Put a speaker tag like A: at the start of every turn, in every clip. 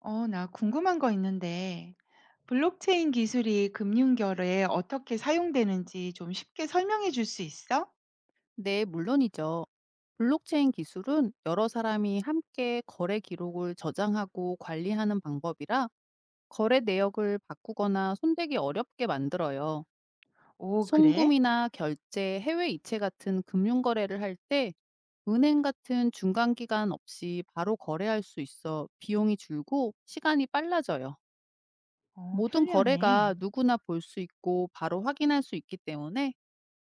A: 나 궁금한 거 있는데, 블록체인 기술이 금융결에 어떻게 사용되는지 좀 쉽게 설명해 줄 수 있어?
B: 네, 물론이죠. 블록체인 기술은 여러 사람이 함께 거래 기록을 저장하고 관리하는 방법이라 거래 내역을 바꾸거나 손대기 어렵게 만들어요.
A: 오, 그래?
B: 송금이나 결제, 해외 이체 같은 금융 거래를 할 때 은행 같은 중간 기간 없이 바로 거래할 수 있어 비용이 줄고 시간이 빨라져요. 모든 거래가
A: 편리하네.
B: 누구나 볼 수 있고 바로 확인할 수 있기 때문에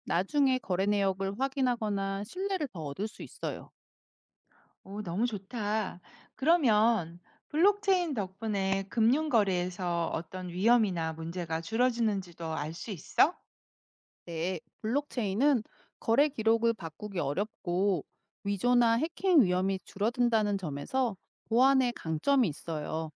B: 나중에 거래 내역을 확인하거나 신뢰를 더 얻을 수 있어요.
A: 오, 너무 좋다. 그러면 블록체인 덕분에 금융거래에서 어떤 위험이나 문제가 줄어지는지도 알 수 있어?
B: 네, 블록체인은 거래 기록을 바꾸기 어렵고 위조나 해킹 위험이 줄어든다는 점에서 보안의 강점이 있어요.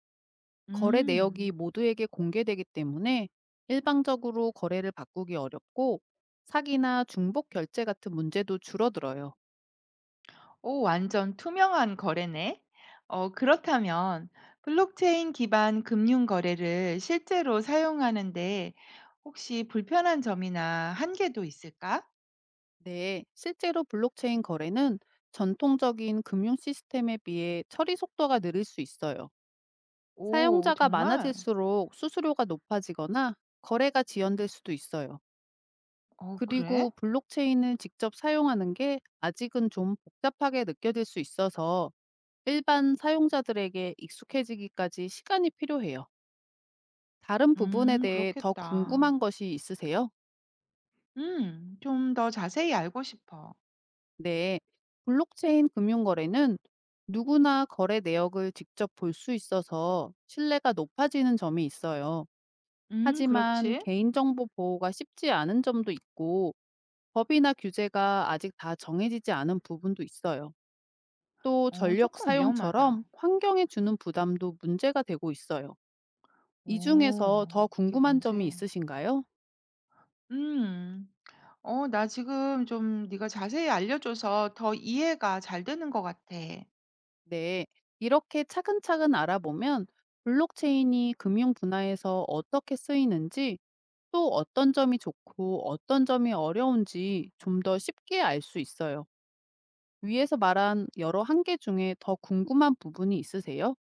B: 거래
A: 음.
B: 내역이 모두에게 공개되기 때문에 일방적으로 거래를 바꾸기 어렵고 사기나 중복 결제 같은 문제도 줄어들어요.
A: 오, 완전 투명한 거래네. 그렇다면 블록체인 기반 금융 거래를 실제로 사용하는데 혹시 불편한 점이나 한계도 있을까?
B: 네, 실제로 블록체인 거래는 전통적인 금융 시스템에 비해 처리 속도가 느릴 수 있어요.
A: 오,
B: 사용자가
A: 정말?
B: 많아질수록 수수료가 높아지거나 거래가 지연될 수도 있어요.
A: 그래?
B: 그리고 블록체인을 직접 사용하는 게 아직은 좀 복잡하게 느껴질 수 있어서 일반 사용자들에게 익숙해지기까지 시간이 필요해요. 다른 부분에 대해 더
A: 그렇겠다.
B: 궁금한 것이 있으세요?
A: 좀 더 자세히 알고 싶어.
B: 네. 블록체인 금융거래는 누구나 거래 내역을 직접 볼 수 있어서 신뢰가 높아지는 점이 있어요. 하지만
A: 그렇지?
B: 개인정보 보호가 쉽지 않은 점도 있고 법이나 규제가 아직 다 정해지지 않은 부분도 있어요. 또 전력
A: 조금 위험하다.
B: 사용처럼 환경에 주는 부담도 문제가 되고 있어요. 이 중에서
A: 오,
B: 더
A: 이게
B: 궁금한 점이
A: 문제.
B: 있으신가요?
A: 음. 나 지금 좀 네가 자세히 알려 줘서 더 이해가 잘 되는 것 같아.
B: 네. 이렇게 차근차근 알아보면 블록체인이 금융 분야에서 어떻게 쓰이는지 또 어떤 점이 좋고 어떤 점이 어려운지 좀 더 쉽게 알 수 있어요. 위에서 말한 여러 한계 중에 더 궁금한 부분이 있으세요?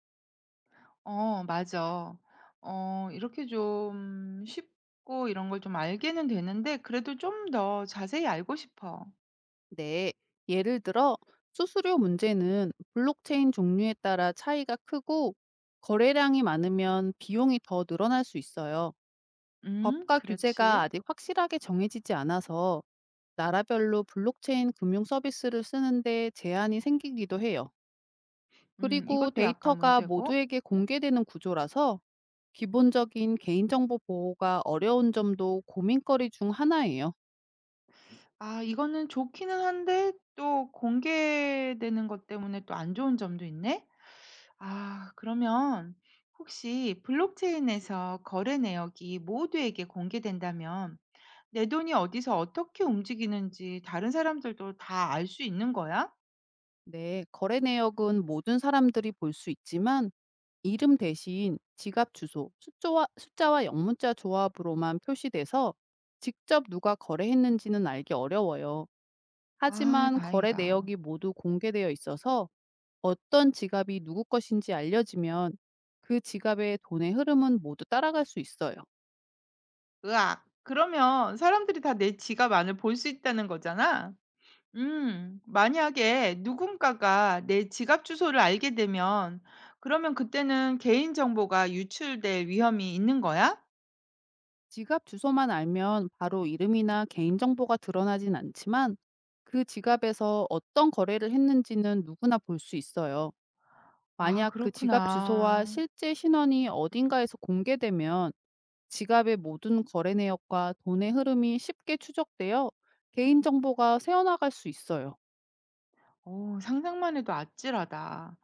A: 맞아. 이렇게 좀 쉽고 이런 걸 좀 알게는 되는데 그래도 좀 더 자세히 알고 싶어.
B: 네, 예를 들어 수수료 문제는 블록체인 종류에 따라 차이가 크고 거래량이 많으면 비용이 더 늘어날 수 있어요. 법과 규제가
A: 그렇지.
B: 아직 확실하게 정해지지 않아서 나라별로 블록체인 금융 서비스를 쓰는데 제한이 생기기도 해요. 그리고
A: 이것도 약간
B: 데이터가
A: 문제고.
B: 모두에게 공개되는 구조라서 기본적인 개인정보 보호가 어려운 점도 고민거리 중 하나예요.
A: 아 이거는 좋기는 한데 또 공개되는 것 때문에 또 안 좋은 점도 있네. 아, 그러면 혹시 블록체인에서 거래 내역이 모두에게 공개된다면 내 돈이 어디서 어떻게 움직이는지 다른 사람들도 다 알 수 있는 거야?
B: 네, 거래 내역은 모든 사람들이 볼 수 있지만 이름 대신 지갑 주소, 숫자와 영문자 조합으로만 표시돼서 직접 누가 거래했는지는 알기 어려워요.
A: 아,
B: 하지만 거래
A: 다행이다.
B: 내역이 모두 공개되어 있어서 어떤 지갑이 누구 것인지 알려지면 그 지갑의 돈의 흐름은 모두 따라갈 수 있어요.
A: 으악. 그러면 사람들이 다 내 지갑 안을 볼 수 있다는 거잖아? 만약에 누군가가 내 지갑 주소를 알게 되면 그러면 그때는 개인정보가 유출될 위험이 있는 거야?
B: 지갑 주소만 알면 바로 이름이나 개인정보가 드러나진 않지만 그 지갑에서 어떤 거래를 했는지는 누구나 볼 수 있어요.
A: 아,
B: 만약 그 지갑 주소와
A: 그렇구나.
B: 실제 신원이 어딘가에서 공개되면 지갑의 모든 거래 내역과 돈의 흐름이 쉽게 추적되어 개인정보가 새어나갈 수 있어요.
A: 상상만 해도 아찔하다.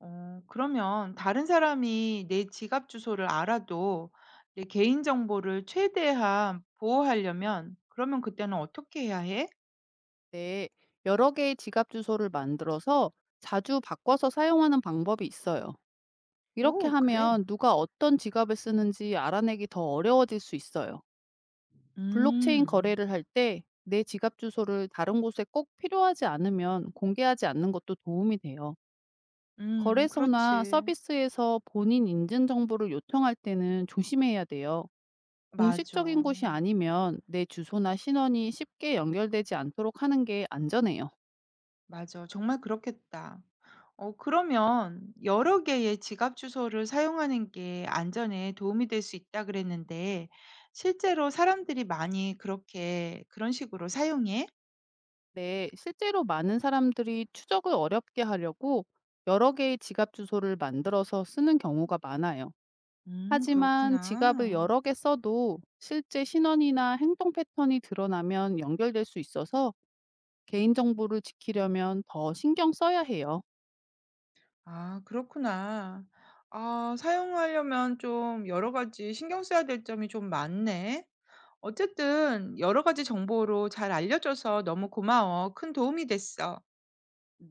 A: 그러면 다른 사람이 내 지갑 주소를 알아도 내 개인 정보를 최대한 보호하려면 그러면 그때는 어떻게 해야 해?
B: 네, 여러 개의 지갑 주소를 만들어서 자주 바꿔서 사용하는 방법이 있어요. 이렇게
A: 오 그래.
B: 하면 누가 어떤 지갑을 쓰는지 알아내기 더 어려워질 수 있어요. 블록체인
A: 음.
B: 거래를 할 때 내 지갑 주소를 다른 곳에 꼭 필요하지 않으면 공개하지 않는 것도 도움이 돼요. 거래소나
A: 그렇지.
B: 서비스에서 본인 인증 정보를 요청할 때는 조심해야 돼요.
A: 맞아.
B: 공식적인 곳이 아니면 내 주소나 신원이 쉽게 연결되지 않도록 하는 게 안전해요.
A: 맞아. 정말 그렇겠다. 그러면 여러 개의 지갑 주소를 사용하는 게 안전에 도움이 될 수 있다 그랬는데 실제로 사람들이 많이 그렇게 그런 식으로 사용해?
B: 네, 실제로 많은 사람들이 추적을 어렵게 하려고 여러 개의 지갑 주소를 만들어서 쓰는 경우가 많아요. 하지만 지갑을
A: 그렇구나.
B: 여러 개 써도 실제 신원이나 행동 패턴이 드러나면 연결될 수 있어서 개인정보를 지키려면 더 신경 써야 해요.
A: 아 그렇구나. 아 사용하려면 좀 여러 가지 신경 써야 될 점이 좀 많네. 어쨌든 여러 가지 정보로 잘 알려줘서 너무 고마워. 큰 도움이 됐어.
B: 네.